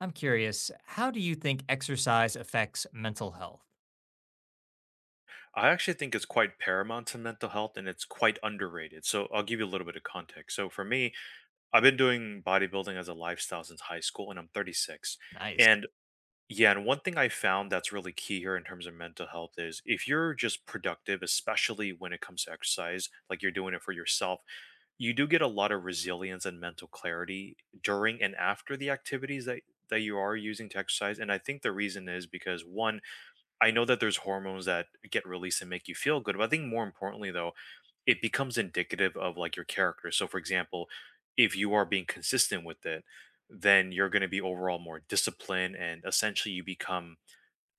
I'm curious, how do you think exercise affects mental health? I actually think it's quite paramount to mental health and it's quite underrated. So I'll give you a little bit of context. So for me, I've been doing bodybuilding as a lifestyle since high school, and I'm 36. Nice. And yeah, and one thing I found that's really key here in terms of mental health is if you're just productive, especially when it comes to exercise, like you're doing it for yourself, you do get a lot of resilience and mental clarity during and after the activities that you are using to exercise. And I think the reason is because one, I know that there's hormones that get released and make you feel good, but I think more importantly though, it becomes indicative of like your character. So for example, if you are being consistent with it, then you're going to be overall more disciplined, and essentially you become,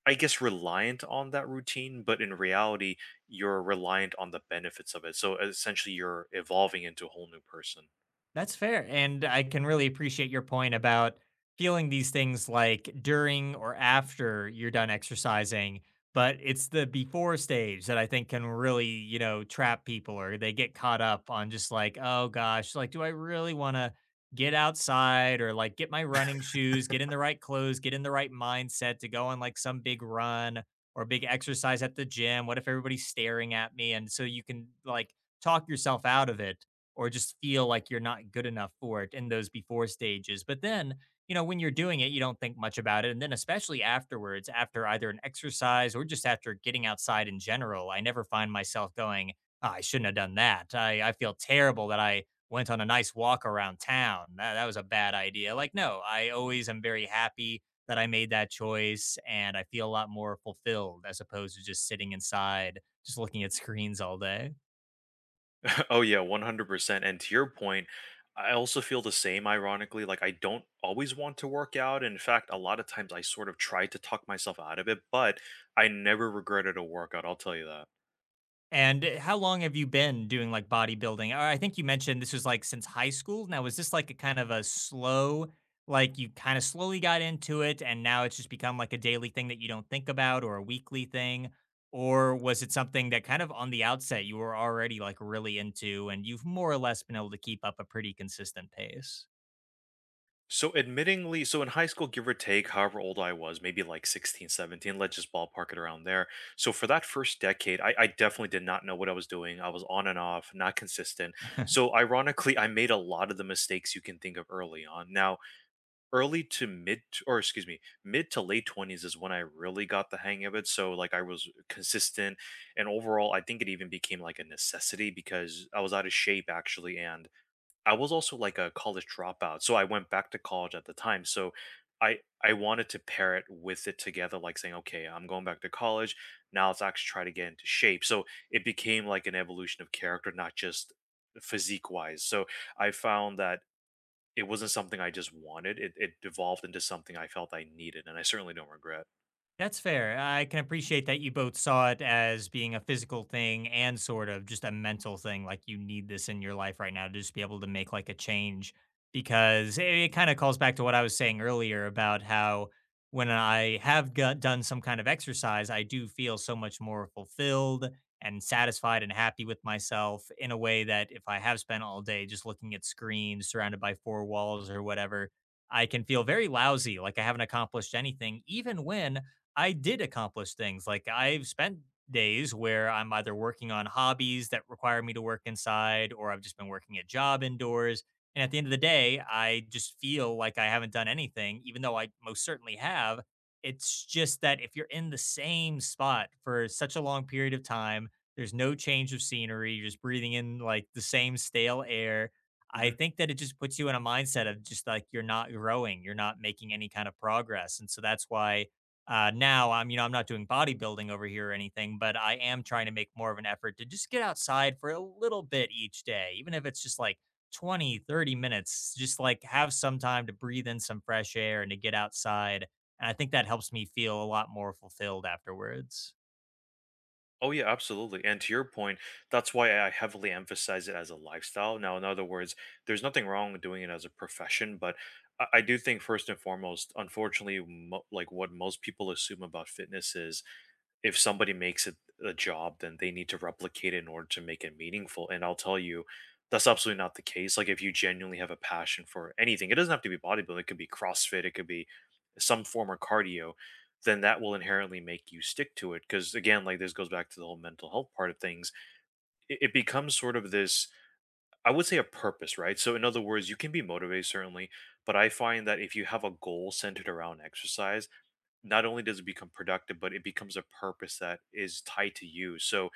I guess, reliant on that routine, but in reality, you're reliant on the benefits of it. So essentially you're evolving into a whole new person. That's fair. And I can really appreciate your point about feeling these things like during or after you're done exercising. But it's the before stage that I think can really, you know, trap people or they get caught up on just like, oh gosh, like, do I really want to get outside or like get my running shoes, get in the right clothes, get in the right mindset to go on like some big run or big exercise at the gym? What if everybody's staring at me? And so you can like talk yourself out of it or just feel like you're not good enough for it in those before stages. But then, you know, when you're doing it, you don't think much about it. And then, especially afterwards, after either an exercise or just after getting outside in general, I never find myself going, "Ah, I shouldn't have done that. I feel terrible that I went on a nice walk around town. That was a bad idea. Like, no, I always am very happy that I made that choice and I feel a lot more fulfilled as opposed to just sitting inside, just looking at screens all day." Oh yeah, 100%. And to your point, I also feel the same ironically, like I don't always want to work out. In fact, a lot of times I sort of try to talk myself out of it, but I never regretted a workout, I'll tell you that. And how long have you been doing like bodybuilding? Or I think you mentioned this was like since high school. Now, was this like a kind of a slow, like you kind of slowly got into it and now it's just become like a daily thing that you don't think about or a weekly thing? Or was it something that kind of on the outset you were already like really into and you've more or less been able to keep up a pretty consistent pace? So admittingly, so in high school, give or take, however old I was, maybe like 16, 17, let's just ballpark it around there. So for that first decade, I definitely did not know what I was doing. I was on and off, not consistent. So ironically, I made a lot of the mistakes you can think of early on. Now, early to mid, or excuse me, mid to late 20s is when I really got the hang of it. So like I was consistent, and overall I think it even became like a necessity because I was out of shape actually. And I was also like a college dropout, so I went back to college at the time. So i I wanted to pair it with it together, like saying, okay, I'm going back to college, now let's actually try to get into shape. So it became like an evolution of character, not just physique wise so I found that it wasn't something I just wanted, it devolved into something I felt I needed, and I certainly don't regret. That's fair. I can appreciate that you both saw it as being a physical thing and sort of just a mental thing. Like you need this in your life right now to just be able to make like a change because it kind of calls back to what I was saying earlier about how when I have got, done some kind of exercise, I do feel so much more fulfilled and satisfied and happy with myself in a way that if I have spent all day just looking at screens surrounded by four walls or whatever, I can feel very lousy, like I haven't accomplished anything, even when I did accomplish things. Like I've spent days where I'm either working on hobbies that require me to work inside or I've just been working a job indoors. And at the end of the day, I just feel like I haven't done anything, even though I most certainly have. It's just that if you're in the same spot for such a long period of time, there's no change of scenery, you're just breathing in like the same stale air. I Mhm. think that it just puts you in a mindset of just like you're not growing, you're not making any kind of progress. And so that's why now I'm, you know, I'm not doing bodybuilding over here or anything, but I am trying to make more of an effort to just get outside for a little bit each day, even if it's just like 20, 30 minutes, just like have some time to breathe in some fresh air and to get outside. And I think that helps me feel a lot more fulfilled afterwards. Oh, yeah, absolutely, and to your point, that's why I heavily emphasize it as a lifestyle. Now, in other words, there's nothing wrong with doing it as a profession, but I do think first and foremost, unfortunately, what most people assume about fitness is if somebody makes it a job, then they need to replicate it in order to make it meaningful. And I'll tell you, that's absolutely not the case. Like if you genuinely have a passion for anything, it doesn't have to be bodybuilding, it could be CrossFit, it could be some form of cardio, then that will inherently make you stick to it. Cause again, like this goes back to the whole mental health part of things. It becomes sort of this, I would say, a purpose, right? So in other words, you can be motivated certainly, but I find that if you have a goal centered around exercise, not only does it become productive, but it becomes a purpose that is tied to you. So,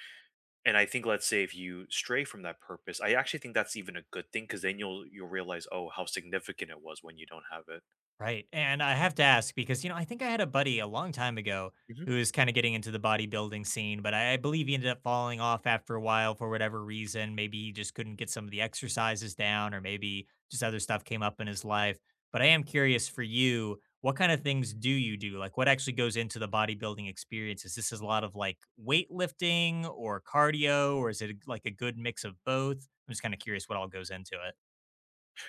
and I think, let's say if you stray from that purpose, I actually think that's even a good thing because then you'll realize oh how significant it was when you don't have it. Right. And I have to ask because, you know, I think I had a buddy a long time ago who was kind of getting into the bodybuilding scene, but I believe he ended up falling off after a while for whatever reason. Maybe he just couldn't get some of the exercises down, or maybe just other stuff came up in his life. But I am curious for you, what kind of things do you do? Like, what actually goes into the bodybuilding experience? Is this a lot of like weightlifting or cardio, or is it like a good mix of both? I'm just kind of curious what all goes into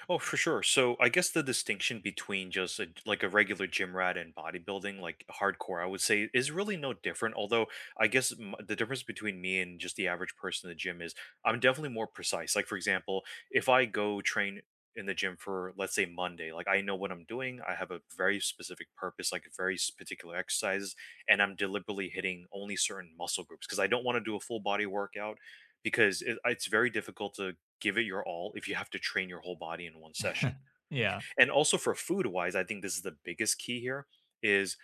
Oh, for sure. So I guess the distinction between just a, like a regular gym rat and bodybuilding, like hardcore, I would say is really no different. Although I guess the difference between me and just the average person in the gym is I'm definitely more precise. Like, for example, if I go train in the gym for, let's say, Monday, like I know what I'm doing. I have a very specific purpose, like very particular exercises, and I'm deliberately hitting only certain muscle groups because I don't want to do a full body workout because it's very difficult to give it your all if you have to train your whole body in one it. session. Yeah, Yeah. and also for food wise, I think this is the biggest key here is,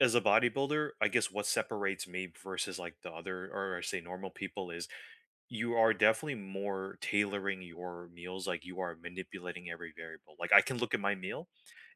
as a bodybuilder, I guess what separates me versus like the other, or I say normal people, is you are definitely more tailoring your meals, like you are manipulating every variable. Like I can look at my meal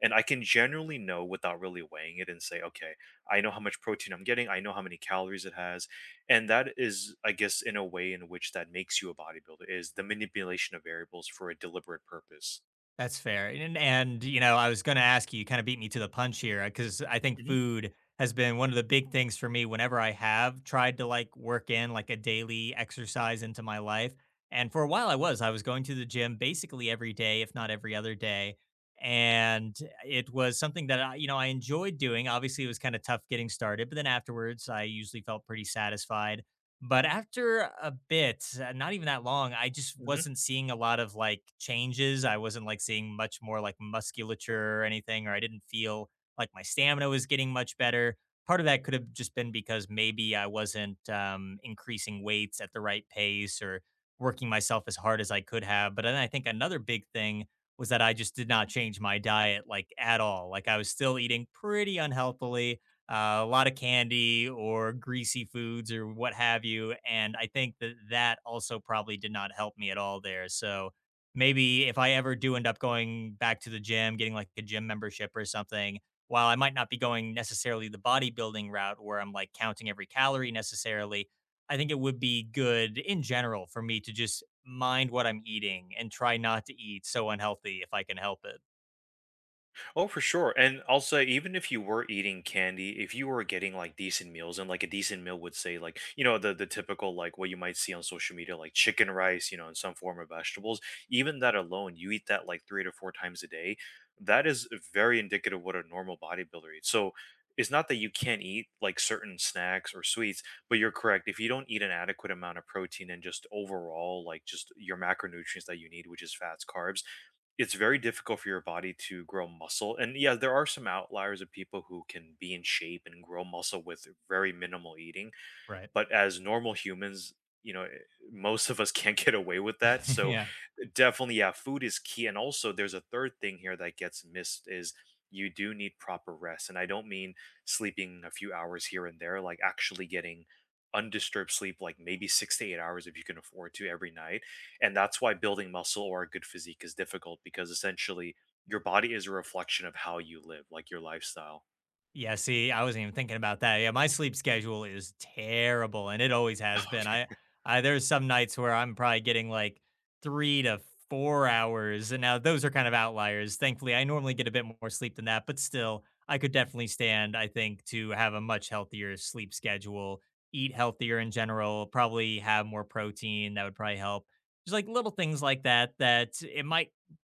and I can generally know without really weighing it and say, okay, I know how much protein I'm getting, I know how many calories it has. And that is, I guess, in a way in which that makes you a bodybuilder is the manipulation of variables for a deliberate purpose. That's fair. And, you know, I was going to ask you, you kind of beat me to the punch here because I think Mhm, food has been one of the big things for me whenever I have tried to like work in like a daily exercise into my life. And for a while, I was going to the gym basically every day, if not every other day. And it was something that I, you know, I enjoyed doing. Obviously, it was kind of tough getting started, but then afterwards, I usually felt pretty satisfied. But after a bit, not even that long, I just mhm. wasn't seeing a lot of like changes. I wasn't like seeing much more like musculature or anything, or I didn't feel like my stamina was getting much better. Part of that could have just been because maybe I wasn't increasing weights at the right pace or working myself as hard as I could have. But then I think another big thing was that I just did not change my diet like at all. Like I was still eating pretty unhealthily a lot of candy or greasy foods or what have you. And I think that that also probably did not help me at all there. So maybe if I ever do end up going back to the gym, getting like a gym membership or something, while I might not be going necessarily the bodybuilding route where I'm like counting every calorie necessarily, I think it would be good in general for me to just mind what I'm eating and try not to eat so unhealthy if I can help it. Oh, for sure. And also, even if you were eating candy, if you were getting like decent meals, and like a decent meal would say, like, you know, the typical, like what you might see on social media, like chicken rice, you know, in some form of vegetables, even that alone, you eat that like three to four times a day. That is very indicative of what a normal bodybuilder eats. So it's not that you can't eat like certain snacks or sweets, but you're correct. If you don't eat an adequate amount of protein and just overall, like just your macronutrients that you need, which is fats, carbs, it's very difficult for your body to grow muscle. And yeah, there are some outliers of people who can be in shape and grow muscle with very minimal eating, Right. but as normal humans, you know, most of us can't get away with that. So, Yeah. definitely, yeah, food is key. And also there's a third thing here that gets missed is you do need proper rest, and I don't mean sleeping a few hours here and there, like actually getting undisturbed sleep, like maybe 6 to 8 hours if you can afford to every night. And that's why building muscle or a good physique is difficult, because essentially your body is a reflection of how you live, like your lifestyle. Yeah, see, I wasn't even thinking about that. Yeah, my sleep schedule is terrible and it always has been. I there's some nights where I'm probably getting like 3 to 4 hours. And now those are kind of outliers. Thankfully, I normally get a bit more sleep than that, but still, I could definitely stand, I think, to have a much healthier sleep schedule, eat healthier in general, probably have more protein. That would probably help. Just like little things like that, that it might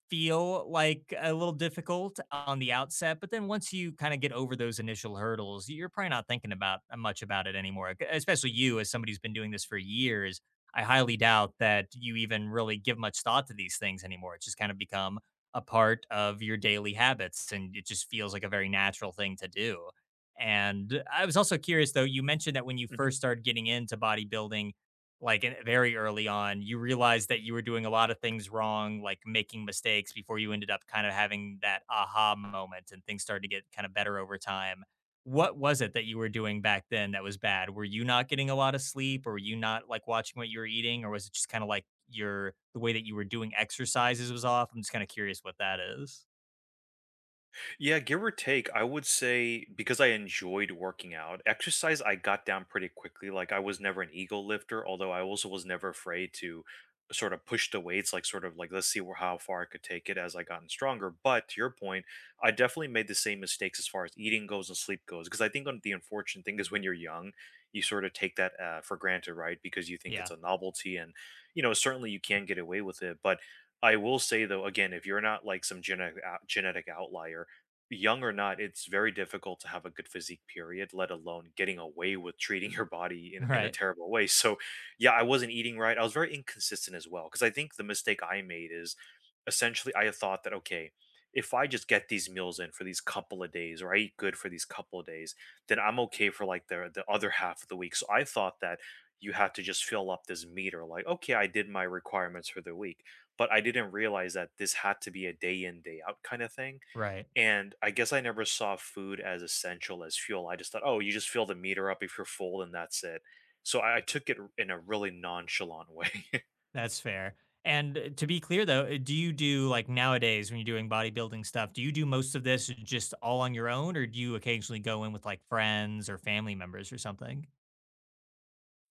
feel like a little difficult on the outset, but then once you kind of get over those initial hurdles, you're probably not thinking about much about it anymore. Especially you, as somebody who's been doing this for years, I highly doubt that you even really give much thought to these things anymore. It's just kind of become a part of your daily habits, and it just feels like a very natural thing to do. And I was also curious, though, you mentioned that when you first started getting into bodybuilding, like, in very early on, you realized that you were doing a lot of things wrong, like making mistakes before you ended up kind of having that aha moment and things started to get kind of better over time. What was it that you were doing back then that was bad? Were you not getting a lot of sleep or were you not like watching what you were eating or was it just kind of like your the way that you were doing exercises was off? I'm just kind of curious what that is. Yeah, give or take, I would say, because I enjoyed working out, exercise I got down pretty quickly. Like I was never an ego lifter, although I also was never afraid to sort of push the weights, like sort of like let's see how far I could take it as I gotten stronger. But to your point, I definitely made the same mistakes as far as eating goes and sleep goes. Because I think on the unfortunate thing is when you're young, you sort of take that for granted, right? Because you think it's Yeah. a novelty, and you know certainly you can get away with it, but I will say though, again, if you're not like some genetic outlier, young or not, it's very difficult to have a good physique, period, let alone getting away with treating your body in a Right. terrible way. So, yeah, I wasn't eating right. I was very inconsistent as well. Because I think the mistake I made is, essentially, I thought that, okay, if I just get these meals in for these couple of days, or I eat good for these couple of days, then I'm okay for like the other half of the week. So I thought that you had to just fill up this meter, like, okay, I did my requirements for the week. But I didn't realize that this had to be a day in, day out kind of thing. Right. And I guess I never saw food as essential as fuel. I just thought, oh, you just fill the meter up if you're full and that's it. So I took it in a really nonchalant way. That's fair. And to be clear though, do you do like nowadays when you're doing bodybuilding stuff, do you do most of this just all on your own or do you occasionally go in with like friends or family members or something?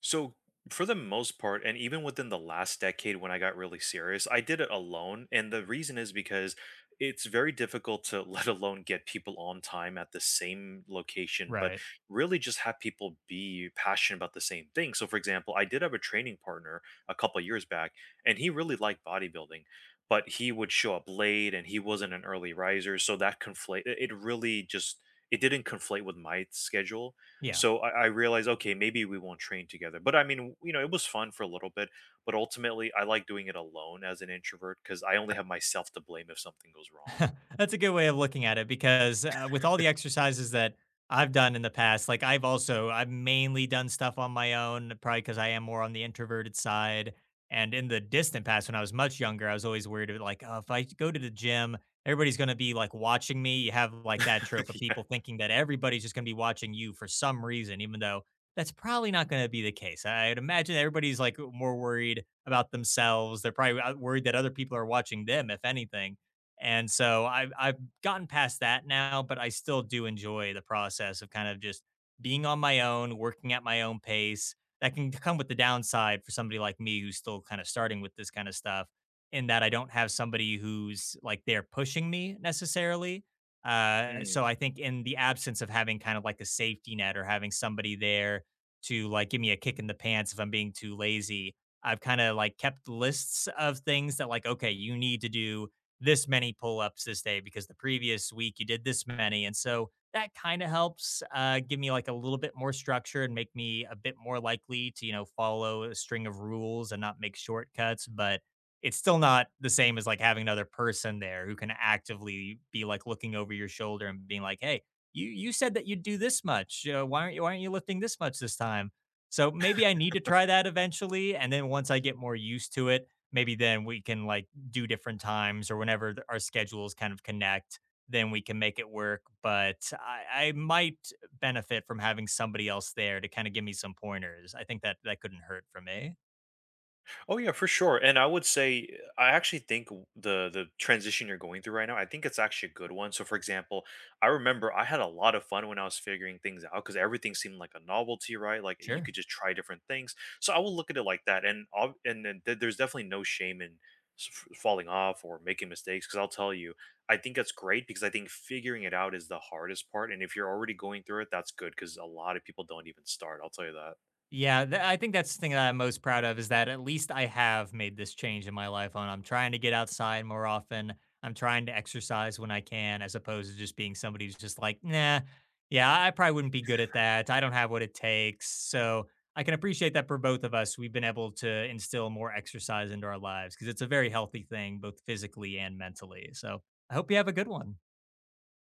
So for the most part, and even within the last decade when I got really serious, I did it alone. And the reason is because it's very difficult to let alone get people on time at the same location, but Right. really just have people be passionate about the same thing. So for example, I did have a training partner a couple years back, and he really liked bodybuilding. But he would show up late and he wasn't an early riser. So that conflate it it really just, it didn't conflate with my schedule. Yeah. So I realized, okay, maybe we won't train together. But I mean, you know, it was fun for a little bit. But ultimately, I like doing it alone as an introvert because I only have myself to blame if something goes wrong. That's a good way of looking at it because with all the exercises that I've done in the past, like I've mainly done stuff on my own, probably because I am more on the introverted side. And in the distant past, when I was much younger, I was always worried of like, oh, if I go to the gym, everybody's going to be like watching me. You have like that trope of people thinking that everybody's just going to be watching you for some reason, even though that's probably not going to be the case. I'd imagine everybody's like more worried about themselves. They're probably worried that other people are watching them, if anything. And so I've gotten past that now, but I still do enjoy the process of kind of just being on my own, working at my own pace. That can come with the downside for somebody like me who's still kind of starting with this kind of stuff, in that I don't have somebody who's like they're pushing me necessarily. Uh, Yeah. so I think in the absence of having kind of like a safety net or having somebody there to like give me a kick in the pants if I'm being too lazy, I've kind of like kept lists of things that like, okay, you need to do this many pull ups this day because the previous week you did this many. And so that kind of helps give me like a little bit more structure and make me a bit more likely to, you know, follow a string of rules and not make shortcuts. But it's still not the same as like having another person there who can actively be like looking over your shoulder and being like, hey, you said that you'd do this much. Why aren't you lifting this much this time? So maybe I need to try that eventually. And then once I get more used to it, maybe then we can like do different times or whenever our schedules kind of connect, then we can make it work. But I might benefit from having somebody else there to kind of give me some pointers. I think that that couldn't hurt for me. Oh yeah, for sure. And I would say I actually think the transition you're going through right now, I think it's actually a good one. So for example, I remember I had a lot of fun when I was figuring things out because everything seemed like a novelty, right? Like you Sure. could just try different things. So I will look at it like that. And there's definitely no shame in falling off or making mistakes, because I'll tell you, I think that's great because I think figuring it out is the hardest part. And if you're already going through it, that's good because a lot of people don't even start. I'll tell you that. Yeah, tha I think that's the thing that I'm most proud of is that at least I have made this change in my life on I'm trying to get outside more often. I'm trying to exercise when I can as opposed to just being somebody who's just like, "Nah, yeah, I probably wouldn't be good at that. I don't have what it takes." So, I can appreciate that for both of us, we've been able to instill more exercise into our lives because it's a very healthy thing both physically and mentally. So, I hope you have a good one.